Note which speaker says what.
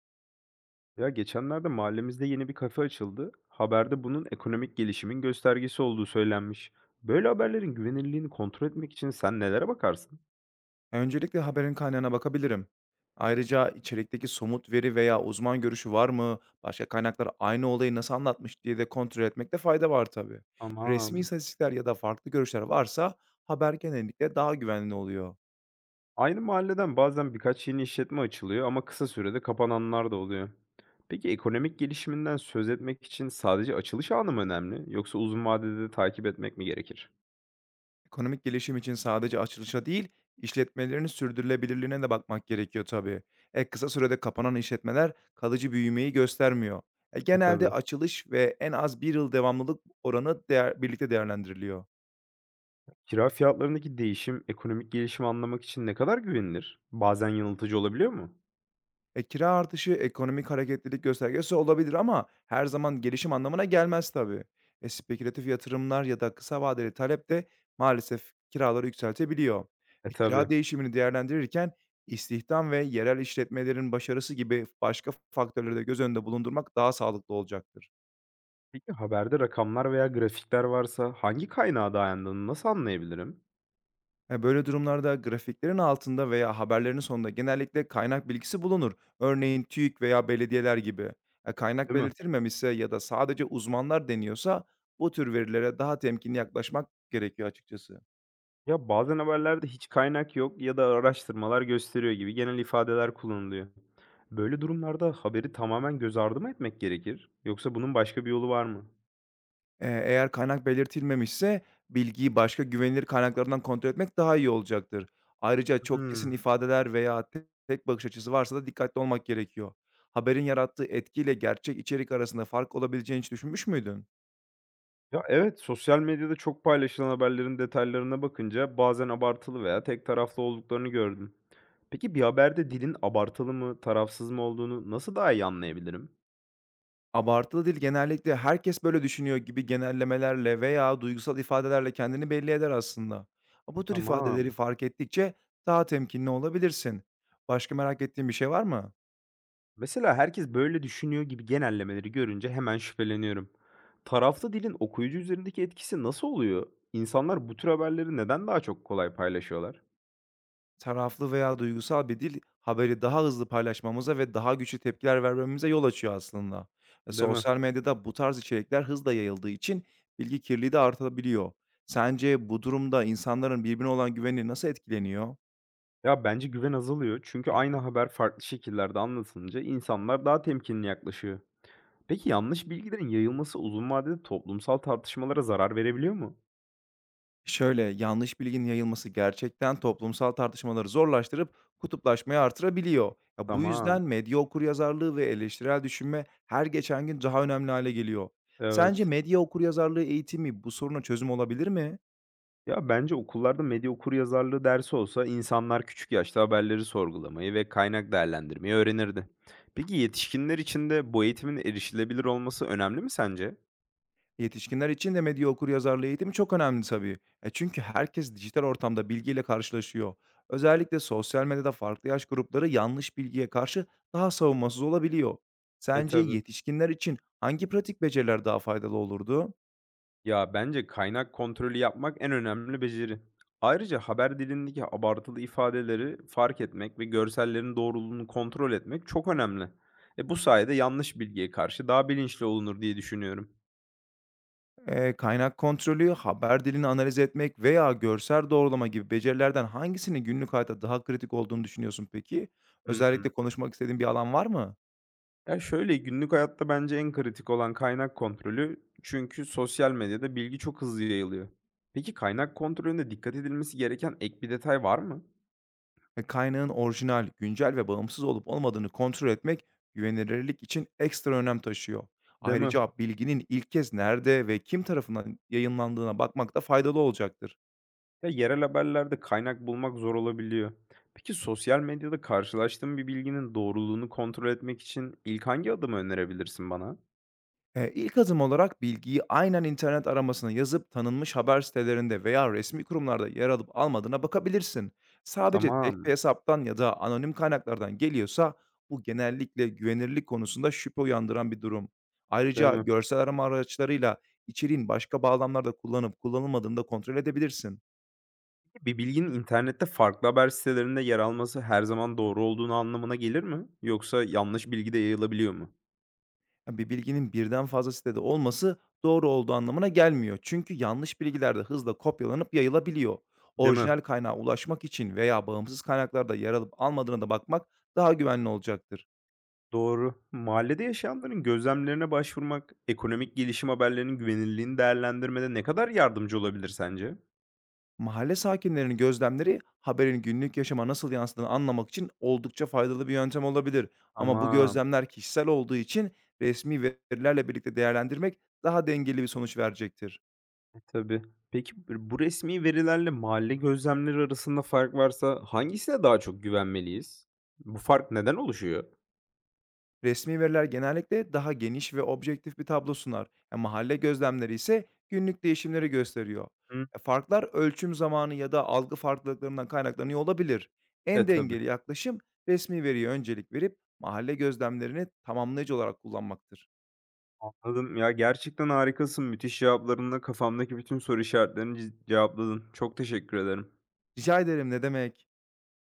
Speaker 1: Ya geçenlerde mahallemizde yeni bir kafe açıldı. Haberde bunun ekonomik gelişimin göstergesi olduğu söylenmiş. Böyle haberlerin güvenilirliğini kontrol etmek için sen nelere bakarsın?
Speaker 2: Öncelikle haberin kaynağına bakabilirim. Ayrıca içerikteki somut veri veya uzman görüşü var mı, başka kaynaklar aynı olayı nasıl anlatmış diye de kontrol etmekte fayda var tabii. Resmi
Speaker 1: Aman.
Speaker 2: istatistikler ya da farklı görüşler varsa haber genellikle daha güvenli oluyor.
Speaker 1: Aynı mahalleden bazen birkaç yeni işletme açılıyor ama kısa sürede kapananlar da oluyor. Peki ekonomik gelişiminden söz etmek için sadece açılış anı mı önemli yoksa uzun vadede de takip etmek mi gerekir?
Speaker 2: Ekonomik gelişim için sadece açılışa değil, işletmelerin sürdürülebilirliğine de bakmak gerekiyor tabii. Kısa sürede kapanan işletmeler kalıcı büyümeyi göstermiyor. Genelde
Speaker 1: Tabii.
Speaker 2: açılış ve en az bir yıl devamlılık oranı değer, birlikte değerlendiriliyor.
Speaker 1: Kira fiyatlarındaki değişim ekonomik gelişimi anlamak için ne kadar güvenilir? Bazen yanıltıcı olabiliyor mu?
Speaker 2: Kira artışı ekonomik hareketlilik göstergesi olabilir ama her zaman gelişim anlamına gelmez tabii. Spekülatif yatırımlar ya da kısa vadeli talep de maalesef kiraları yükseltebiliyor.
Speaker 1: Tabii.
Speaker 2: Kira değişimini değerlendirirken istihdam ve yerel işletmelerin başarısı gibi başka faktörleri de göz önünde bulundurmak daha sağlıklı olacaktır.
Speaker 1: Peki haberde rakamlar veya grafikler varsa hangi kaynağa dayandığını nasıl anlayabilirim?
Speaker 2: Böyle durumlarda grafiklerin altında veya haberlerin sonunda genellikle kaynak bilgisi bulunur. Örneğin TÜİK veya belediyeler gibi. Kaynak
Speaker 1: Değil mi?
Speaker 2: belirtilmemişse ya da sadece uzmanlar deniyorsa bu tür verilere daha temkinli yaklaşmak gerekiyor açıkçası.
Speaker 1: Ya bazen haberlerde hiç kaynak yok ya da araştırmalar gösteriyor gibi genel ifadeler kullanılıyor. Böyle durumlarda haberi tamamen göz ardı mı etmek gerekir? Yoksa bunun başka bir yolu var mı?
Speaker 2: Eğer kaynak belirtilmemişse bilgiyi başka güvenilir kaynaklardan kontrol etmek daha iyi olacaktır. Ayrıca çok
Speaker 1: Hmm.
Speaker 2: kesin ifadeler veya tek bakış açısı varsa da dikkatli olmak gerekiyor. Haberin yarattığı etkiyle gerçek içerik arasında fark olabileceğini hiç düşünmüş müydün?
Speaker 1: Ya evet, sosyal medyada çok paylaşılan haberlerin detaylarına bakınca bazen abartılı veya tek taraflı olduklarını gördüm. Peki bir haberde dilin abartılı mı, tarafsız mı olduğunu nasıl daha iyi anlayabilirim?
Speaker 2: Abartılı dil genellikle herkes böyle düşünüyor gibi genellemelerle veya duygusal ifadelerle kendini belli eder aslında. Ama bu tür ifadeleri
Speaker 1: Tamam.
Speaker 2: fark ettikçe daha temkinli olabilirsin. Başka merak ettiğin bir şey var mı?
Speaker 1: Mesela herkes böyle düşünüyor gibi genellemeleri görünce hemen şüpheleniyorum. Taraflı dilin okuyucu üzerindeki etkisi nasıl oluyor? İnsanlar bu tür haberleri neden daha çok kolay paylaşıyorlar?
Speaker 2: Taraflı veya duygusal bir dil haberi daha hızlı paylaşmamıza ve daha güçlü tepkiler vermemize yol açıyor aslında.
Speaker 1: Değil mi?
Speaker 2: Sosyal medyada bu tarz içerikler hızla yayıldığı için bilgi kirliliği de artabiliyor. Sence bu durumda insanların birbirine olan güveni nasıl etkileniyor?
Speaker 1: Ya bence güven azalıyor çünkü aynı haber farklı şekillerde anlatılınca insanlar daha temkinli yaklaşıyor. Peki yanlış bilgilerin yayılması uzun vadede toplumsal tartışmalara zarar verebiliyor mu?
Speaker 2: Şöyle, yanlış bilginin yayılması gerçekten toplumsal tartışmaları zorlaştırıp kutuplaşmayı artırabiliyor. Ya bu
Speaker 1: Tamam.
Speaker 2: yüzden medya okuryazarlığı ve eleştirel düşünme her geçen gün daha önemli hale geliyor. Sence
Speaker 1: Evet.
Speaker 2: medya okuryazarlığı eğitimi bu soruna çözüm olabilir mi?
Speaker 1: Ya, bence okullarda medya okuryazarlığı dersi olsa insanlar küçük yaşta haberleri sorgulamayı ve kaynak değerlendirmeyi öğrenirdi. Peki yetişkinler için de bu eğitimin erişilebilir olması önemli mi sence?
Speaker 2: Yetişkinler için de medya okuryazarlığı eğitimi çok önemli tabii. E çünkü herkes dijital ortamda bilgiyle karşılaşıyor. Özellikle sosyal medyada farklı yaş grupları yanlış bilgiye karşı daha savunmasız olabiliyor. Sence
Speaker 1: Tabii.
Speaker 2: yetişkinler için hangi pratik beceriler daha faydalı olurdu?
Speaker 1: Ya bence kaynak kontrolü yapmak en önemli beceri. Ayrıca haber dilindeki abartılı ifadeleri fark etmek ve görsellerin doğruluğunu kontrol etmek çok önemli. Bu sayede yanlış bilgiye karşı daha bilinçli olunur diye düşünüyorum.
Speaker 2: Kaynak kontrolü, haber dilini analiz etmek veya görsel doğrulama gibi becerilerden hangisinin günlük hayatta daha kritik olduğunu düşünüyorsun peki?
Speaker 1: Hı.
Speaker 2: Özellikle konuşmak istediğin bir alan var mı?
Speaker 1: Ya, şöyle, günlük hayatta bence en kritik olan kaynak kontrolü. Çünkü sosyal medyada bilgi çok hızlı yayılıyor. Peki kaynak kontrolünde dikkat edilmesi gereken ek bir detay var mı?
Speaker 2: Kaynağın orijinal, güncel ve bağımsız olup olmadığını kontrol etmek güvenilirlik için ekstra önem taşıyor.
Speaker 1: Değil mi?
Speaker 2: Ayrıca bilginin ilk kez nerede ve kim tarafından yayınlandığına bakmak da faydalı olacaktır.
Speaker 1: Ya, yerel haberlerde kaynak bulmak zor olabiliyor. Peki sosyal medyada karşılaştığın bir bilginin doğruluğunu kontrol etmek için ilk hangi adımı önerebilirsin bana?
Speaker 2: İlk adım olarak bilgiyi aynen internet aramasına yazıp tanınmış haber sitelerinde veya resmi kurumlarda yer alıp almadığına bakabilirsin. Sadece tek bir
Speaker 1: Tamam,
Speaker 2: hesaptan ya da anonim kaynaklardan geliyorsa bu genellikle güvenirlik konusunda şüphe uyandıran bir durum.
Speaker 1: değil
Speaker 2: Ayrıca
Speaker 1: mi?
Speaker 2: görsel arama araçlarıyla içeriğin başka bağlamlarda kullanıp kullanılmadığını da kontrol edebilirsin.
Speaker 1: Bir bilginin internette farklı haber sitelerinde yer alması her zaman doğru olduğunu anlamına gelir mi? Yoksa yanlış bilgi de yayılabiliyor mu?
Speaker 2: Ya, bir bilginin birden fazla sitede olması doğru olduğu anlamına gelmiyor. Çünkü yanlış bilgiler de hızla kopyalanıp yayılabiliyor.
Speaker 1: Değil mi?
Speaker 2: Orijinal kaynağa ulaşmak için veya bağımsız kaynaklarda yer alıp almadığına da bakmak daha güvenli olacaktır.
Speaker 1: Doğru. Mahallede yaşayanların gözlemlerine başvurmak, ekonomik gelişim haberlerinin güvenilirliğini değerlendirmede ne kadar yardımcı olabilir sence?
Speaker 2: Mahalle sakinlerinin gözlemleri haberin günlük yaşama nasıl yansıdığını anlamak için oldukça faydalı bir yöntem olabilir. Ama bu
Speaker 1: Ama
Speaker 2: gözlemler kişisel olduğu için resmi verilerle birlikte değerlendirmek daha dengeli bir sonuç verecektir.
Speaker 1: tabii. Peki bu resmi verilerle mahalle gözlemleri arasında fark varsa hangisine daha çok güvenmeliyiz? Bu fark neden oluşuyor?
Speaker 2: Resmi veriler genellikle daha geniş ve objektif bir tablo sunar. Mahalle gözlemleri ise günlük değişimleri gösteriyor.
Speaker 1: Hı.
Speaker 2: Farklar ölçüm zamanı ya da algı farklılıklarından kaynaklanıyor olabilir. En
Speaker 1: Tabii.
Speaker 2: dengeli yaklaşım resmi veriye öncelik verip mahalle gözlemlerini tamamlayıcı olarak kullanmaktır.
Speaker 1: Anladım. Ya gerçekten harikasın. Müthiş cevaplarınla kafamdaki bütün soru işaretlerini cevapladın. Çok teşekkür ederim.
Speaker 2: Rica ederim ne demek?